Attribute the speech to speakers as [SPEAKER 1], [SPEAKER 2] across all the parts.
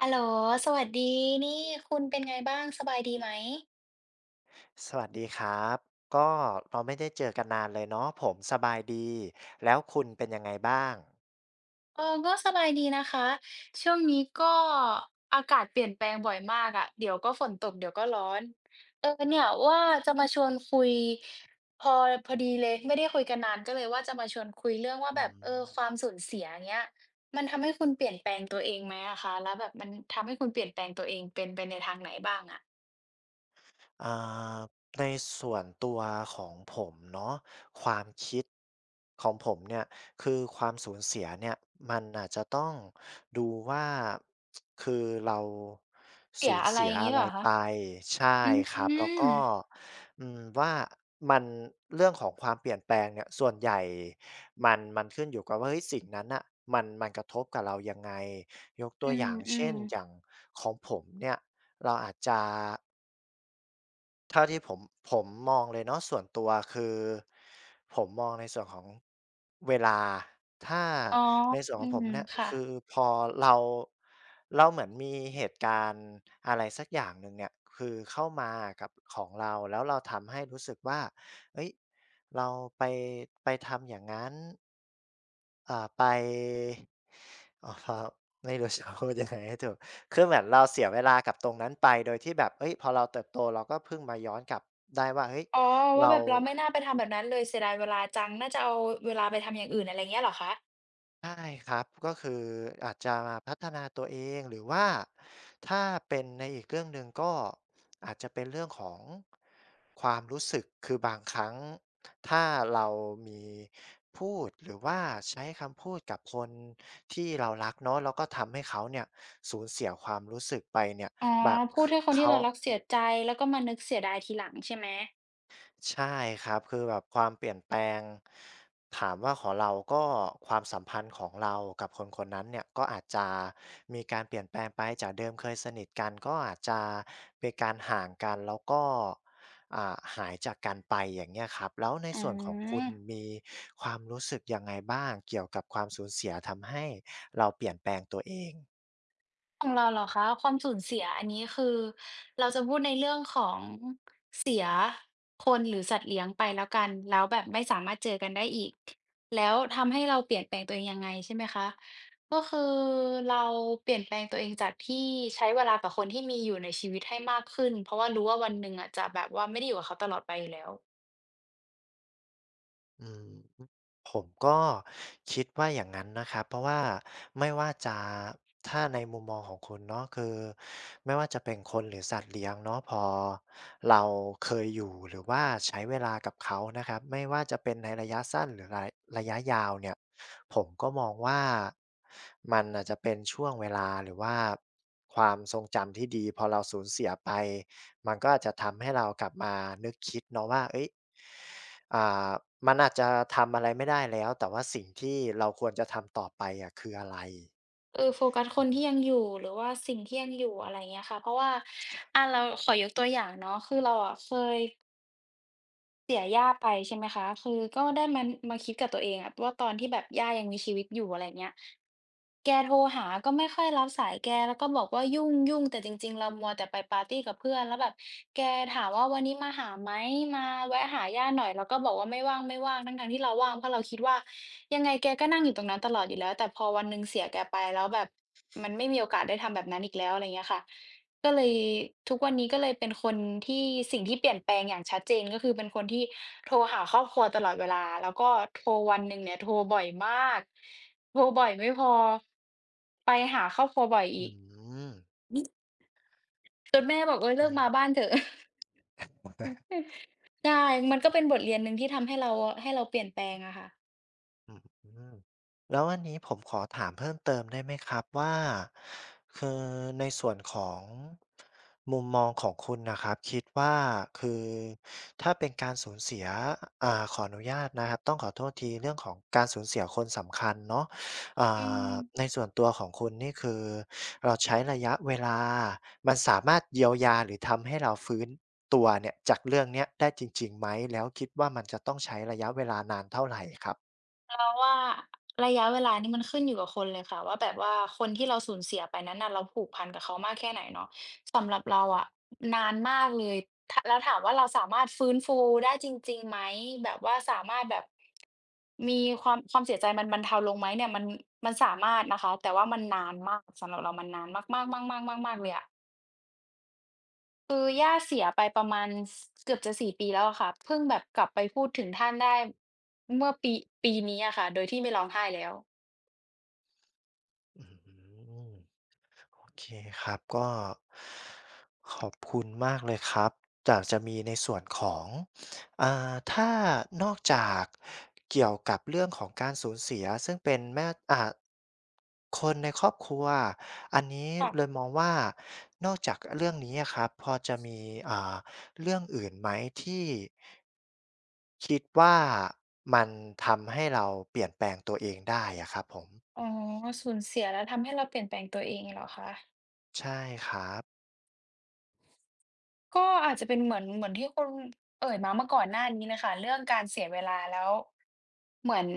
[SPEAKER 1] ฮัลโหลสวัสดีนี่คุณเป็นไงบ้างสบายดีไหม
[SPEAKER 2] สวัสดีครับก็เราไม่ได้เจอกันนานเลยเนาะผมสบายดีแล้วคุณเป็นยังไงบ้าง
[SPEAKER 1] ก็สบายดีนะคะช่วงนี้ก็อากาศเปลี่ยนแปลงบ่อยมากอะเดี๋ยวก็ฝนตกเดี๋ยวก็ร้อนเนี่ยว่าจะมาชวนคุยพอพอดีเลยไม่ได้คุยกันนานก็เลยว่าจะมาชวนคุยเรื่องว่า
[SPEAKER 2] อื
[SPEAKER 1] แบบ
[SPEAKER 2] ม
[SPEAKER 1] ความสูญเสียอย่างเงี้ยมันทำให้คุณเปลี่ยนแปลงตัวเองไหมอะคะแล้วแบบมันทำให้คุณเปลี่ยนแปลงตัวเองเป็นไปในทางไหนบ้างอะ
[SPEAKER 2] อ่าในส่วนตัวของผมเนาะความคิดของผมเนี่ยคือความสูญเสียเนี่ยมันอาจจะต้องดูว่าคือเรา
[SPEAKER 1] เสี
[SPEAKER 2] สู
[SPEAKER 1] ย
[SPEAKER 2] ญ
[SPEAKER 1] อะไร
[SPEAKER 2] เสี
[SPEAKER 1] อ
[SPEAKER 2] ย
[SPEAKER 1] ย่างงี้
[SPEAKER 2] อะ
[SPEAKER 1] เหร
[SPEAKER 2] ไร
[SPEAKER 1] อคะ
[SPEAKER 2] ไปใช่
[SPEAKER 1] อืม
[SPEAKER 2] ครับ
[SPEAKER 1] อื
[SPEAKER 2] แล้วก็อืมว่ามันเรื่องของความเปลี่ยนแปลงเนี่ยส่วนใหญ่มันขึ้นอยู่กับว่าเฮ้ยสิ่งนั้นอ่ะมันกระทบกับเรายังไงยกตัวอ
[SPEAKER 1] ม
[SPEAKER 2] ย่าง
[SPEAKER 1] อื
[SPEAKER 2] เช่
[SPEAKER 1] ม
[SPEAKER 2] นอย่างของผมเนี่ยเราอาจจะ เท่าที่ผมมองเลยเนาะส่วนตัวคือผมมองในส่วนของเวลาถ้า
[SPEAKER 1] อ๋อ
[SPEAKER 2] ในส่วนข
[SPEAKER 1] อื
[SPEAKER 2] องผ
[SPEAKER 1] ม
[SPEAKER 2] มเนี่ย
[SPEAKER 1] ค่ะ
[SPEAKER 2] คือพอเราเราเหมือนมีเหตุการณ์อะไรสักอย่างหนึ่งเนี่ยคือเข้ามากับของเราแล้วเราทำให้รู้สึกว่าเฮ้ยเราไปไปทำอย่างงั้น ไปอ๋อครับไม่รู้จะ พูดยังไงให้ถูกคือเหมือนเราเสียเวลากับตรงนั้นไปโดยที่แบบเฮ้ยพอเราเติบโตเราก็เพิ่งมาย้อนกลับได้ว่าเฮ้ย
[SPEAKER 1] อ๋อ ว่า
[SPEAKER 2] เรา
[SPEAKER 1] แบบเราไม่น่าไปทำแบบนั้นเลยเสียดายเวลาจังน่าจะเอาเวลาไปทำอย่างอื่นอะไรเงี้ยเหรอคะ
[SPEAKER 2] ใช่ครับก็คืออาจจะมาพัฒนาตัวเองหรือว่าถ้าเป็นในอีกเรื่องหนึ่งก็อาจจะเป็นเรื่องของความรู้สึกคือบางครั้งถ้าเรามีพูดหรือว่าใช้คำพูดกับคนที่เรารักเนาะแล้วก็ทำให้เขาเนี่ยสูญเสียความรู้สึกไปเนี่ย
[SPEAKER 1] อ๋อ
[SPEAKER 2] บะ
[SPEAKER 1] พู
[SPEAKER 2] ค
[SPEAKER 1] ดให้คนที่
[SPEAKER 2] เขา
[SPEAKER 1] เรารักเสียใจแล้วก็มานึกเสียดายทีหลังใช่ไหม
[SPEAKER 2] ใช่ครับคือแบบความเปลี่ยนแปลงถามว่าของเราก็ความสัมพันธ์ของเรากับคนคนนั้นเนี่ยก็อาจจะมีการเปลี่ยนแปลงไปจากเดิมเคยสนิทกันก็อาจจะเป็นการห่างกันแล้วก็หายจากกันไปอย่างเงี้ยครับแล้วใน
[SPEAKER 1] อื
[SPEAKER 2] ส่วนของคุณ
[SPEAKER 1] ม
[SPEAKER 2] มีความรู้สึกยังไงบ้างเกี่ยวกับความสูญเสียทำให้เราเปลี่ยนแปลงตัวเอง
[SPEAKER 1] ของเราเหรอคะความสูญเสียอันนี้คือเราจะพูดในเรื่องของเสียคนหรือสัตว์เลี้ยงไปแล้วกันแล้วแบบไม่สามารถเจอกันได้อีกแล้วทำให้เราเปลี่ยนแปลงตัวเองยังไงใช่ไหมคะก็คือเราเปลี่ยนแปลงตัวเองจากที่ใช้เวลากับคนที่มีอยู่ในชีวิตให้มากขึ้นเพราะว่ารู้ว่าวันหนึ่งอะจะแบบว่าไม่ได้อยู่กับเขาตลอดไปอยู่แล้ว
[SPEAKER 2] อืม ผมก็คิดว่าอย่างนั้นนะครับเพราะว่าไม่ว่าจะถ้าในมุมมองของคุณเนาะคือไม่ว่าจะเป็นคนหรือสัตว์เลี้ยงเนาะพอเราเคยอยู่หรือว่าใช้เวลากับเขานะครับไม่ว่าจะเป็นในระยะสั้นหรือระยะยาวเนี่ยผมก็มองว่ามันน่ะจะเป็นช่วงเวลาหรือว่าความทรงจำที่ดีพอเราสูญเสียไปมันก็อาจจะทำให้เรากลับมานึกคิดเนาะว่าเฮ้ย อ่ามันอาจจะทำอะไรไม่ได้แล้วแต่ว่าสิ่งที่เราควรจะทำต่อไปอะคืออะไร
[SPEAKER 1] โฟกัสคนที่ยังอยู่หรือว่าสิ่งที่ยังอยู่อะไรเงี้ยค่ะเพราะว่า
[SPEAKER 2] ช
[SPEAKER 1] เราขอยกตัวอย่างเนาะคือเราอะเคย เสียย่าไปใช่ไหมคะ คือก็ได้มามาคิดกับตัวเองอะว่าตอนที่แบบย่ายังมีชีวิตอยู่อะไรเงี้ยแกโทรหาก็ไม่ค่อยรับสายแกแล้วก็บอกว่ายุ่งๆแต่จริงๆเรามัวแต่ไปปาร์ตีกับเพื่อนแล้วแบบแกถามว่าวันนี้มาหาไหมมาแวะหาย่าหน่อยเราก็บอกว่าไม่ว่างๆทั้งๆที่เราว่างเพราะเราคิดว่ายังไงแกก็นั่งอยู่ตรงนั้นตลอดอยู่แล้วแต่พอวันหนึ่งเสียแกไปแล้วแบบมันไม่มีโอกาสได้ทำแบบนั้นอีกแล้วอะไรเงี้ยค่ะ ก็เลยทุกวันนี้ก็เลยเป็นคนที่สิ่งที่เปลี่ยนแปลงอย่างชัดเจนก็คือเป็นคนที่โทรหาครอบครัวตลอดเวลาแล้วก็โทรวันหนึ่งเนี่ยโทรบ่อยมากโทรบ่อยไม่พอไปหาครอบครัวบ่อย
[SPEAKER 2] อื
[SPEAKER 1] อีก
[SPEAKER 2] ม
[SPEAKER 1] จนแม่บอกเฮ้ย
[SPEAKER 2] โอ
[SPEAKER 1] เลิกมาบ้านเถอะ
[SPEAKER 2] เค
[SPEAKER 1] ใช่มันก็เป็นบทเรียนหนึ่งที่ทำให้เราให้เราเปลี่ยนแปลงอะค่ะ
[SPEAKER 2] อืมแล้วอันนี้ผมขอถามเพิ่มเติมได้ไหมครับว่าคือในส่วนของมุมมองของคุณนะครับคิดว่าคือถ้าเป็นการสูญเสียขออนุญาตนะครับต้องขอโทษทีเรื่องของการสูญเสียคนสำคัญเนาะอ่
[SPEAKER 1] อื
[SPEAKER 2] า
[SPEAKER 1] ม
[SPEAKER 2] ในส่วนตัวของคุณนี่คือเราใช้ระยะเวลามันสามารถเยียวยาหรือทำให้เราฟื้นตัวเนี่ยจากเรื่องเนี้ยได้จริงๆไหมแล้วคิดว่ามันจะต้องใช้ระยะเวลานานเท่าไหรครับ
[SPEAKER 1] เพราะว่าระยะเวลานี่มันขึ้นอยู่กับคนเลยค่ะว่าแบบว่าคนที่เราสูญเสียไปนั้นน่ะเราผูกพันกับเขามากแค่ไหนเนาะสำหรับเราอะนานมากเลยแล้วถามว่าเราสามารถฟื้นฟูได้จริงๆไหมแบบว่าสามารถแบบมีความเสียใจมันบรรเทาลงไหมเนี่ยมันสามารถนะคะแต่ว่ามันนานมากสำหรับเรามันนานมากๆๆๆๆๆเลยอะคือย่าเสียไปประมาณสเกือบจะ4ปีแล้วอะค่ะเพิ่งแบบกลับไปพูดถึงท่านได้เมื่อปีนี้อะค่ะโดยที่ไม่ร้องไห้แล้ว
[SPEAKER 2] อืมโอเคครับก็ขอบคุณมากเลยครับจากจะมีในส่วนของถ้านอกจากเกี่ยวกับเรื่องของการสูญเสียซึ่งเป็นแม่คนในครอบครัวอันนี้
[SPEAKER 1] ค่ะ
[SPEAKER 2] เลยมองว่านอกจากเรื่องนี้อะครับพอจะมีอ่าเรื่องอื่นไหมที่คิดว่ามันทำให้เราเปลี่ยนแปลงตัวเองได้อะครับผม
[SPEAKER 1] อ๋อสูญเสียแล้วทำให้เราเปลี่ยนแปลงตัวเองเหรอคะ
[SPEAKER 2] ใช่ครับ
[SPEAKER 1] ก็อาจจะเป็นเหมือนที่คุณเอ่ยมาเมื่อก่อนหน้านี้เลยค่ะเรื่องการเสียเวลาแล้วเหมือน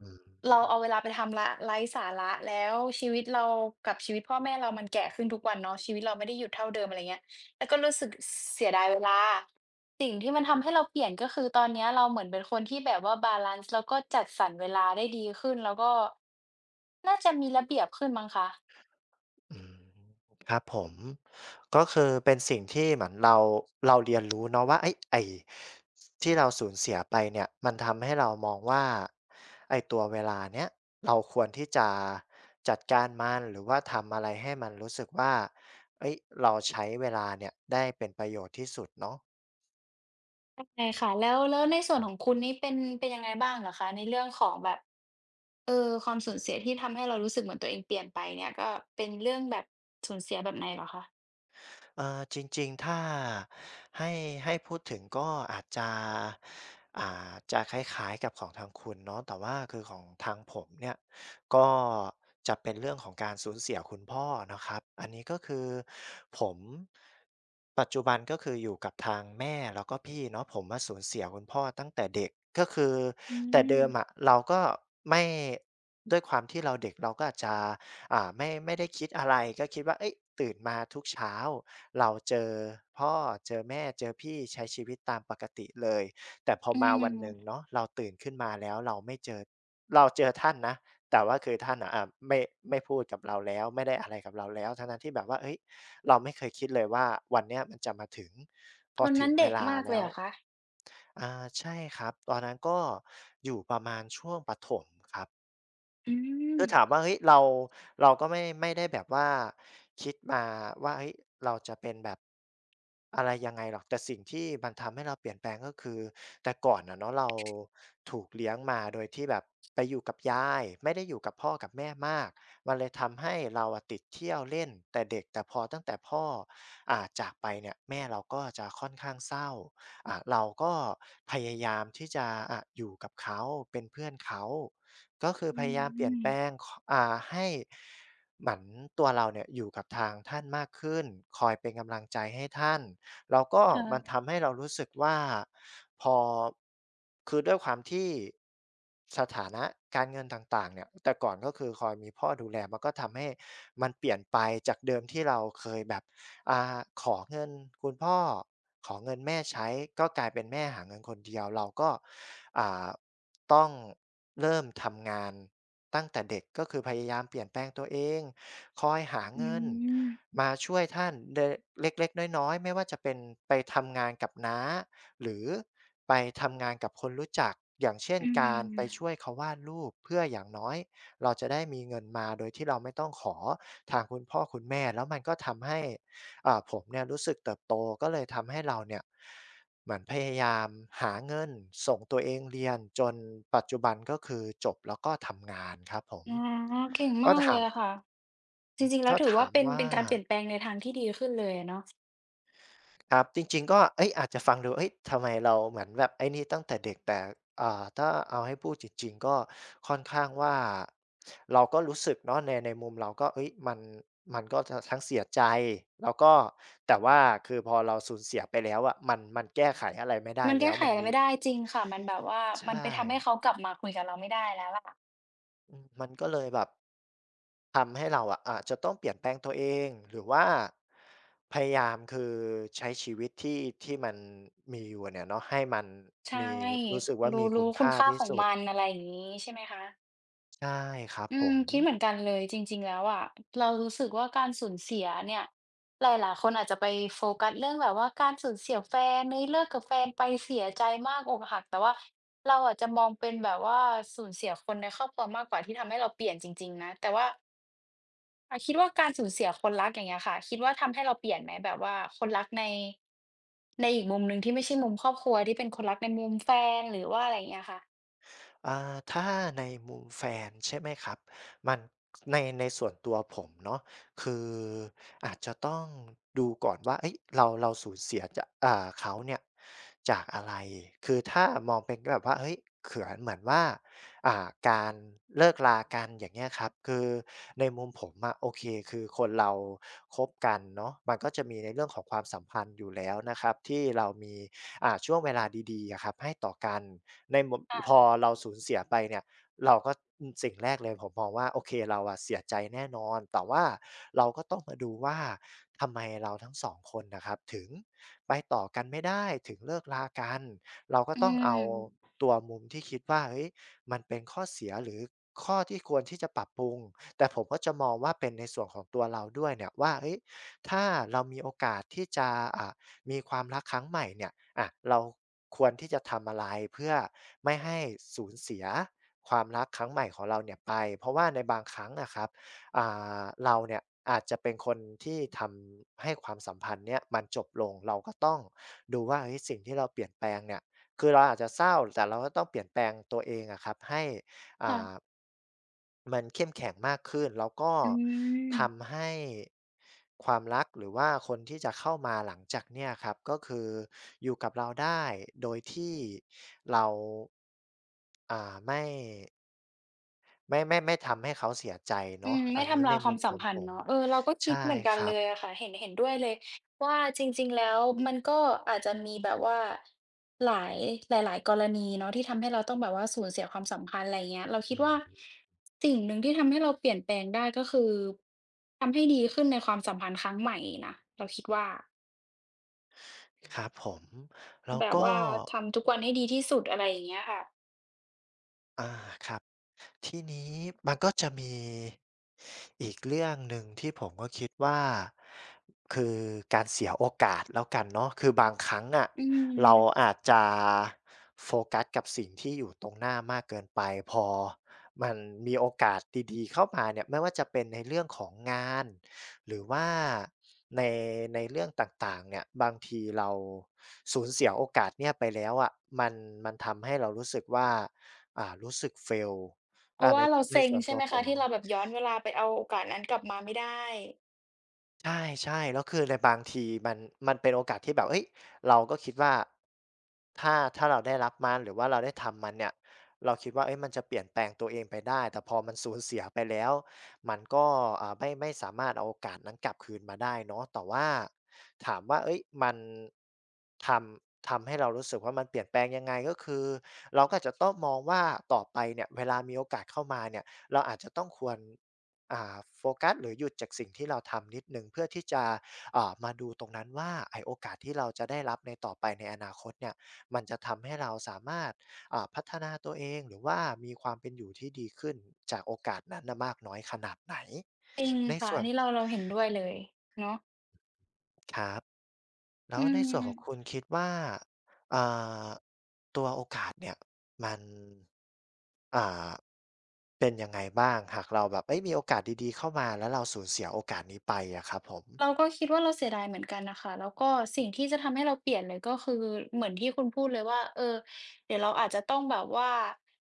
[SPEAKER 2] อืม
[SPEAKER 1] เราเอาเวลาไปทำละไร้สาระแล้วชีวิตเรากับชีวิตพ่อแม่เรามันแก่ขึ้นทุกวันเนาะชีวิตเราไม่ได้หยุดเท่าเดิมอะไรเงี้ยแล้วก็รู้สึกเสียดายเวลาสิ่งที่มันทำให้เราเปลี่ยนก็คือตอนเนี้ยเราเหมือนเป็นคนที่แบบว่าบาลันซ์แล้วก็จัดสรรเวลาได้ดีขึ้นแล้วก็น่าจะมีระเบียบขึ้นมั้งคะ
[SPEAKER 2] อืมครับผมก็คือเป็นสิ่งที่เหมือนเราเรียนรู้เนาะว่าไอ้ที่เราสูญเสียไปเนี่ยมันทำให้เรามองว่าไอ้ตัวเวลาเนี้ยเราควรที่จะจัดการมันหรือว่าทำอะไรให้มันรู้สึกว่าเอ้ยเราใช้เวลาเนี่ยได้เป็นประโยชน์ที่สุดเนาะ
[SPEAKER 1] ใช่ค่ะแล้วในส่วนของคุณนี่เป็นยังไงบ้างเหรอคะในเรื่องของแบบเออความสูญเสียที่ทำให้เรารู้สึกเหมือนตัวเองเปลี่ยนไปเนี่ยก็เป็นเรื่องแบบสูญเสียแบบไหนเหรอคะ
[SPEAKER 2] จริงๆ ถ้าให้ให้พูดถึงก็อาจจะจะคล้ายๆกับของทางคุณเนาะแต่ว่าคือของทางผมเนี่ยก็จะเป็นเรื่องของการสูญเสียคุณพ่อนะครับอันนี้ก็คือผมปัจจุบันก็คืออยู่กับทางแม่แล้วก็พี่เนาะผมอะสูญเสียคุณพ่อตั้งแต่เด็กก็คือ
[SPEAKER 1] อื
[SPEAKER 2] แต่เดิ
[SPEAKER 1] ม
[SPEAKER 2] มอะเราก็ไม่ด้วยความที่เราเด็กเราก็อาจจะไม่ได้คิดอะไรก็คิดว่าเฮ้ยตื่นมาทุกเช้า เราเจอพ่อเจอแม่เจอพี่ใช้ชีวิตตามปกติเลยแต่พอ
[SPEAKER 1] อื
[SPEAKER 2] มาวันหนึ่ง
[SPEAKER 1] ม
[SPEAKER 2] เนาะเราตื่นขึ้นมาแล้วเราไม่เจอเราเจอท่านนะแต่ว่าคือท่านน่ะไม่พูดกับเราแล้วไม่ได้อะไรกับเราแล้วทั้งๆที่แบบว่าเฮ้ยเราไม่เคยคิดเลยว่าวันเนี้ยมันจะมาถึงพ
[SPEAKER 1] ต
[SPEAKER 2] อ
[SPEAKER 1] อน
[SPEAKER 2] ถึ
[SPEAKER 1] นั้
[SPEAKER 2] ง
[SPEAKER 1] น
[SPEAKER 2] เว
[SPEAKER 1] เด็ก
[SPEAKER 2] ลา
[SPEAKER 1] มากเล
[SPEAKER 2] แล้
[SPEAKER 1] ย
[SPEAKER 2] ว
[SPEAKER 1] เหรอคะ
[SPEAKER 2] อาใช่ครับตอนนั้นก็อยู่ประมาณช่วงประถมครับ
[SPEAKER 1] อืม
[SPEAKER 2] คือถามว่าเฮ้ยเราเราก็ไม่ได้แบบว่าคิดมาว่าเฮ้ยเราจะเป็นแบบอะไรยังไงหรอกแต่สิ่งที่มันทำให้เราเปลี่ยนแปลงก็คือแต่ก่อนนะเนาะเราถูกเลี้ยงมาโดยที่แบบไปอยู่กับยายไม่ได้อยู่กับพ่อกับแม่มากมันเลยทำให้เราอะติดเที่ยวเล่นแต่เด็กแต่พอตั้งแต่พ่อจากไปเนี่ยแม่เราก็จะค่อนข้างเศร้าอ่ะเราก็พยายามที่จะอยู่กับเขาเป็นเพื่อนเขา ก็คือพ
[SPEAKER 1] อื
[SPEAKER 2] ยายามเปลี่ยน
[SPEAKER 1] ม
[SPEAKER 2] แปลงขให้เหมือนตัวเราเนี่ยอยู่กับทางท่านมากขึ้นคอยเป็นกำลังใจให้ท่านแล้วก็มัน
[SPEAKER 1] ค่ะ
[SPEAKER 2] ทำให้เรารู้สึกว่าพอคือด้วยความที่สถานะการเงินต่างๆเนี่ยแต่ก่อนก็คือคอยมีพ่อดูแลมันก็ทำให้มันเปลี่ยนไปจากเดิมที่เราเคยแบบขอเงินคุณพ่อขอเงินแม่ใช้ก็กลายเป็นแม่หาเงินคนเดียวเราก็อ่า ต้องเริ่มทำงานตั้งแต่เด็กก็คือพยายามเปลี่ยนแปลงตัวเองคอยหา
[SPEAKER 1] อื
[SPEAKER 2] เงิน
[SPEAKER 1] ม
[SPEAKER 2] มาช่วยท่านเดะเล็กๆน้อยๆไม่ว่าจะเป็นไปทำงานกับน้าหรือไปทำงานกับคนรู้จักอย่างเช่น
[SPEAKER 1] อื
[SPEAKER 2] การไปช่ว
[SPEAKER 1] ม
[SPEAKER 2] ยเขาวาดรูปเพื่ออย่างน้อยเราจะได้มีเงินมาโดยที่เราไม่ต้องขอทางคุณพ่อคุณแม่แล้วมันก็ทำให้ผมเนี่ยรู้สึกเติบโตก็เลยทำให้เราเนี่ย เหมือนพยายามหาเงินส่งตัวเองเรียนจนปัจจุบันก็คือจบแล้วก็ทำงานครับผม
[SPEAKER 1] อ๋อเก่ง
[SPEAKER 2] ก็
[SPEAKER 1] มากเล
[SPEAKER 2] ถา
[SPEAKER 1] ย
[SPEAKER 2] ม
[SPEAKER 1] อะค่ะจริงๆแล้ว
[SPEAKER 2] ก็
[SPEAKER 1] ถือว่า
[SPEAKER 2] ถาม
[SPEAKER 1] เป็น
[SPEAKER 2] ว่า
[SPEAKER 1] การเปลี่ยนแปลงในทางที่ดีขึ้นเลยอะเนาะ
[SPEAKER 2] ครับจริงๆก็เอ๊ยอาจจะฟังดูเอ๊ยทำไมเราเหมือนแบบไอ้นี่ตั้งแต่เด็กแต่ถ้าเอาให้พูดจริงๆก็ค่อนข้างว่าเราก็รู้สึกเนาะในมุมเราก็เอ๊ยมันก็จะทั้งเสียใจแล้วก็แต่ว่าคือพอเราสูญเสียไปแล้วอะมันแก้ไขอะไรไม่ได้
[SPEAKER 1] มัน
[SPEAKER 2] แล้
[SPEAKER 1] แก้
[SPEAKER 2] ว
[SPEAKER 1] ไข
[SPEAKER 2] มัน
[SPEAKER 1] อะไร
[SPEAKER 2] มี
[SPEAKER 1] ไม่ได้จริงค่ะมันแบบว่า
[SPEAKER 2] ใช
[SPEAKER 1] มันไป
[SPEAKER 2] ่
[SPEAKER 1] ทำให้เขากลับมาคุยกับเราไม่ได้แล้วล่ะ
[SPEAKER 2] อืมมันก็เลยแบบทำให้เราอะอาจจะต้องเปลี่ยนแปลงตัวเองหรือว่าพยายามคือใช้ชีวิตที่มันมีอยู่เนี่ยเนาะให้มัน
[SPEAKER 1] ใช่
[SPEAKER 2] มีรู้สึกว่า
[SPEAKER 1] รู้
[SPEAKER 2] มีคุ
[SPEAKER 1] รู้
[SPEAKER 2] ณ
[SPEAKER 1] คุณ
[SPEAKER 2] ค่า
[SPEAKER 1] ค่า
[SPEAKER 2] ที่
[SPEAKER 1] ของ
[SPEAKER 2] สุด
[SPEAKER 1] มันอะไรอย่างงี้ใช่ไหมคะ
[SPEAKER 2] ใช่ครับ
[SPEAKER 1] อื
[SPEAKER 2] ผ
[SPEAKER 1] ม
[SPEAKER 2] ม
[SPEAKER 1] คิดเหมือนกันเลยจริงๆแล้วอะเรารู้สึกว่าการสูญเสียเนี่ยหลายๆคนอาจจะไปโฟกัสเรื่องแบบว่าการสูญเสียแฟนเฮ้ยเลิกกับแฟนไปเสียใจมากอกหักแต่ว่าเราอาจจะมองเป็นแบบว่าสูญเสียคนในครอบครัวมากกว่าที่ทำให้เราเปลี่ยนจริงๆนะแต่ว่าคิดว่าการสูญเสียคนรักอย่างเงี้ยค่ะคิดว่าทำให้เราเปลี่ยนไหมแบบว่าคนรักในอีกมุมหนึ่งที่ไม่ใช่มุมครอบครัวที่เป็นคนรักในมุมแฟนหรือว่าอะไรอย่างเงี้ยค่ะ
[SPEAKER 2] ถ้าในมุมแฟนใช่ไหมครับมันในส่วนตัวผมเนาะคืออาจจะต้องดูก่อนว่าเฮ้ยเราเราสูญเสียจะเขาเนี่ยจากอะไรคือถ้ามองเป็นแบบว่าเฮ้ยเขือนเหมือนว่าอ่าการเลิกรากันอย่างเงี้ยครับคือในมุมผมอะโอเคคือคนเราคบกันเนาะมันก็จะมีในเรื่องของความสัมพันธ์อยู่แล้วนะครับที่เรามีช่วงเวลาดีๆอะครับให้ต่อกัน ในมุมพอเราสูญเสียไปเนี่ยเราก็อืมสิ่งแรกเลยผมมองว่าโอเคเราอะเสียใจแน่นอนแต่ว่าเราก็ต้องมาดูว่าทำไมเราทั้งสองคนน่ะครับถึงไปต่อกันไม่ได้ถึงเลิกรากันเราก็
[SPEAKER 1] อื
[SPEAKER 2] ต้องเอา
[SPEAKER 1] ม
[SPEAKER 2] ตัวมุมที่คิดว่าเฮ้ยมันเป็นข้อเสียหรือข้อที่ควรที่จะปรับปรุงแต่ผมก็จะมองว่าเป็นในส่วนของตัวเราด้วยเนี่ยว่าเฮ้ยถ้าเรามีโอกาสที่จะอ่า มีความรักครั้งใหม่เนี่ยอะเราควรที่จะทำอะไรเพื่อไม่ให้สูญเสียความรักครั้งใหม่ของเราเนี่ยไปเพราะว่าในบางครั้งนะครับอ่เราเนี่ยอาจจะเป็นคนที่ทำให้ความสัมพันธ์เนี่ยมันจบลงเราก็ต้องดูว่าเฮ้ยสิ่งที่เราเปลี่ยนแปลงเนี่ยคือเราอาจจะเศร้าแต่เราก็ต้องเปลี่ยนแปลงตัวเองอะครับให้ อ่า
[SPEAKER 1] ค่ะ
[SPEAKER 2] มันเข้มแข็งมากขึ้นแล้วก็
[SPEAKER 1] อืม
[SPEAKER 2] ทำให้ความรักหรือว่าคนที่จะเข้ามาหลังจากเนี่ยครับก็คืออยู่กับเราได้โดยที่เราอ่าไม่ไม่ทำให้เขาเสียใจ
[SPEAKER 1] อื
[SPEAKER 2] เนาะ
[SPEAKER 1] มไม่
[SPEAKER 2] อันนี้
[SPEAKER 1] ทำลา
[SPEAKER 2] ใน
[SPEAKER 1] ยควา
[SPEAKER 2] มุ
[SPEAKER 1] ม
[SPEAKER 2] มข
[SPEAKER 1] สัม
[SPEAKER 2] อง
[SPEAKER 1] พัน
[SPEAKER 2] ผ
[SPEAKER 1] ธ์
[SPEAKER 2] ม
[SPEAKER 1] เนาะเออเราก็คิด
[SPEAKER 2] ใช่
[SPEAKER 1] เหมือนกัน
[SPEAKER 2] ครั
[SPEAKER 1] เล
[SPEAKER 2] บ
[SPEAKER 1] ยอะค่ะเห็นด้วยเลยว่าจริงๆแล้วมันก็อาจจะมีแบบว่าหลายหลายๆกรณีเนาะที่ทำให้เราต้องแบบว่าสูญเสียความสัมพันธ์อะไรเงี้ยเราคิ
[SPEAKER 2] อื
[SPEAKER 1] ดว่า
[SPEAKER 2] ม
[SPEAKER 1] สิ่งหนึ่งที่ทำให้เราเปลี่ยนแปลงได้ก็คือทำให้ดีขึ้นในความสัมพันธ์ครั้งใหม่นะเราคิดว่า
[SPEAKER 2] ครับผมแล้ว
[SPEAKER 1] แบบ
[SPEAKER 2] ก็
[SPEAKER 1] ว่าทำทุกวันให้ดีที่สุดอะไรอย่างเงี้ยค่ะ
[SPEAKER 2] อาครับ ทีนี้มันก็จะมีอีกเรื่องหนึ่งที่ผมก็คิดว่าคือการเสียโอกาสแล้วกันเนาะคือบางครั้งอะ
[SPEAKER 1] อื
[SPEAKER 2] เรา
[SPEAKER 1] ม
[SPEAKER 2] อาจจะโฟกัสกับสิ่งที่อยู่ตรงหน้ามากเกินไปพอมันมีโอกาสดีๆเข้ามาเนี่ยไม่ว่าจะเป็นในเรื่องของงานหรือว่าในเรื่องต่างๆเนี่ยบางทีเราสูญเสียโอกาสเนี่ยไปแล้วอะมันมันทำให้เรารู้สึกว่ารู้สึก fail
[SPEAKER 1] เพราะ
[SPEAKER 2] ใน
[SPEAKER 1] ว่าเราเซ็ง
[SPEAKER 2] ส่วน
[SPEAKER 1] ใช่
[SPEAKER 2] ตัว
[SPEAKER 1] ไหม
[SPEAKER 2] ผ
[SPEAKER 1] คะ
[SPEAKER 2] ม
[SPEAKER 1] ที่เราแบบย้อนเวลาไปเอาโอกาสนั้นกลับมาไม่ได้
[SPEAKER 2] ใช่ๆแล้วคือในบางทีมันเป็นโอกาสที่แบบเฮ้ยเราก็คิดว่าถ้าเราได้รับมันหรือว่าเราได้ทำมันเนี่ยเราคิดว่าเฮ้ยมันจะเปลี่ยนแปลงตัวเองไปได้แต่พอมันสูญเสียไปแล้วมันก็ไม่สามารถเอาโอกาสนั้นกลับคืนมาได้เนาะแต่ว่าถามว่าเฮ้ยมันทำทำให้เรารู้สึกว่ามันเปลี่ยนแปลงยังไงก็คือเราก็อาจจะต้องมองว่าต่อไปเนี่ยเวลามีโอกาสเข้ามาเนี่ยเราอาจจะต้องควร โฟกัสหรือหยุดจากสิ่งที่เราทำนิดหนึ่งเพื่อที่จะมาดูตรงนั้นว่าไอโอกาสที่เราจะได้รับในต่อไปในอนาคตเนี่ยมันจะทำให้เราสามารถพัฒนาตัวเองหรือว่ามีความเป็นอยู่ที่ดีขึ้นจากโอกาสนั้นน่ะมากน้อยขนาดไหน
[SPEAKER 1] จริง
[SPEAKER 2] ใน
[SPEAKER 1] ค่ะ
[SPEAKER 2] ส่
[SPEAKER 1] อั
[SPEAKER 2] ว
[SPEAKER 1] น
[SPEAKER 2] น
[SPEAKER 1] นี้เราเห็นด้วยเลยเนาะ
[SPEAKER 2] ครับแล้
[SPEAKER 1] อื
[SPEAKER 2] วในส่วนของคุณ
[SPEAKER 1] ม
[SPEAKER 2] คิดว่าอ่าตัวโอกาสเนี่ยมันอ่าเป็นยังไงบ้างหากเราแบบเอ้ยมีโอกาสดีๆเข้ามาแล้วเราสูญเสียโอกาสนี้ไปอะครับผม
[SPEAKER 1] เราก็คิดว่าเราเสียดายเหมือนกันน่ะค่ะแล้วก็สิ่งที่จะทำให้เราเปลี่ยนเลยก็คือเหมือนที่คุณพูดเลยว่าเออเดี๋ยวเราอาจจะต้องแบบว่า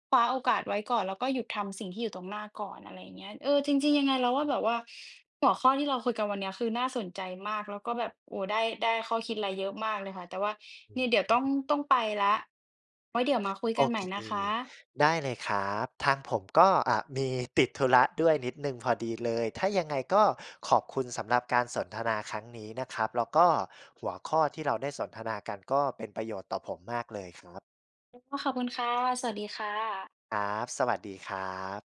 [SPEAKER 1] คว้าโอกาสไว้ก่อนแล้วก็หยุดทำสิ่งที่อยู่ตรงหน้าก่อนอะไรอย่างเงี้ยเออจริงๆยังไงเราว่าแบบว่าหัวข้อที่เราคุยกันวันเนี้ยคือน่าสนใจมากแล้วก็แบบโอ้ได้ได้ข้อคิดอะไรเยอะมากเลยค่ะแต่ว่า
[SPEAKER 2] อื
[SPEAKER 1] เนี่ยเดี๋ยว
[SPEAKER 2] ม
[SPEAKER 1] ต้องไปแล้วไว้เดี๋ยวมาคุย
[SPEAKER 2] โอ
[SPEAKER 1] กันให
[SPEAKER 2] เค
[SPEAKER 1] ม่นะคะ
[SPEAKER 2] ได้เลยครับทางผมก็มีติดธุระด้วยนิดหนึ่งพอดีเลยถ้ายังไงก็ขอบคุณสำหรับการสนทนาครั้งนี้นะครับแล้วก็หัวข้อที่เราได้สนทนากันก็เป็นประโยชน์ต่อผมมากเลยครับ
[SPEAKER 1] ก็ขอบคุณค่ะสวัสดีค่ะ
[SPEAKER 2] ครับสวัสดีครับ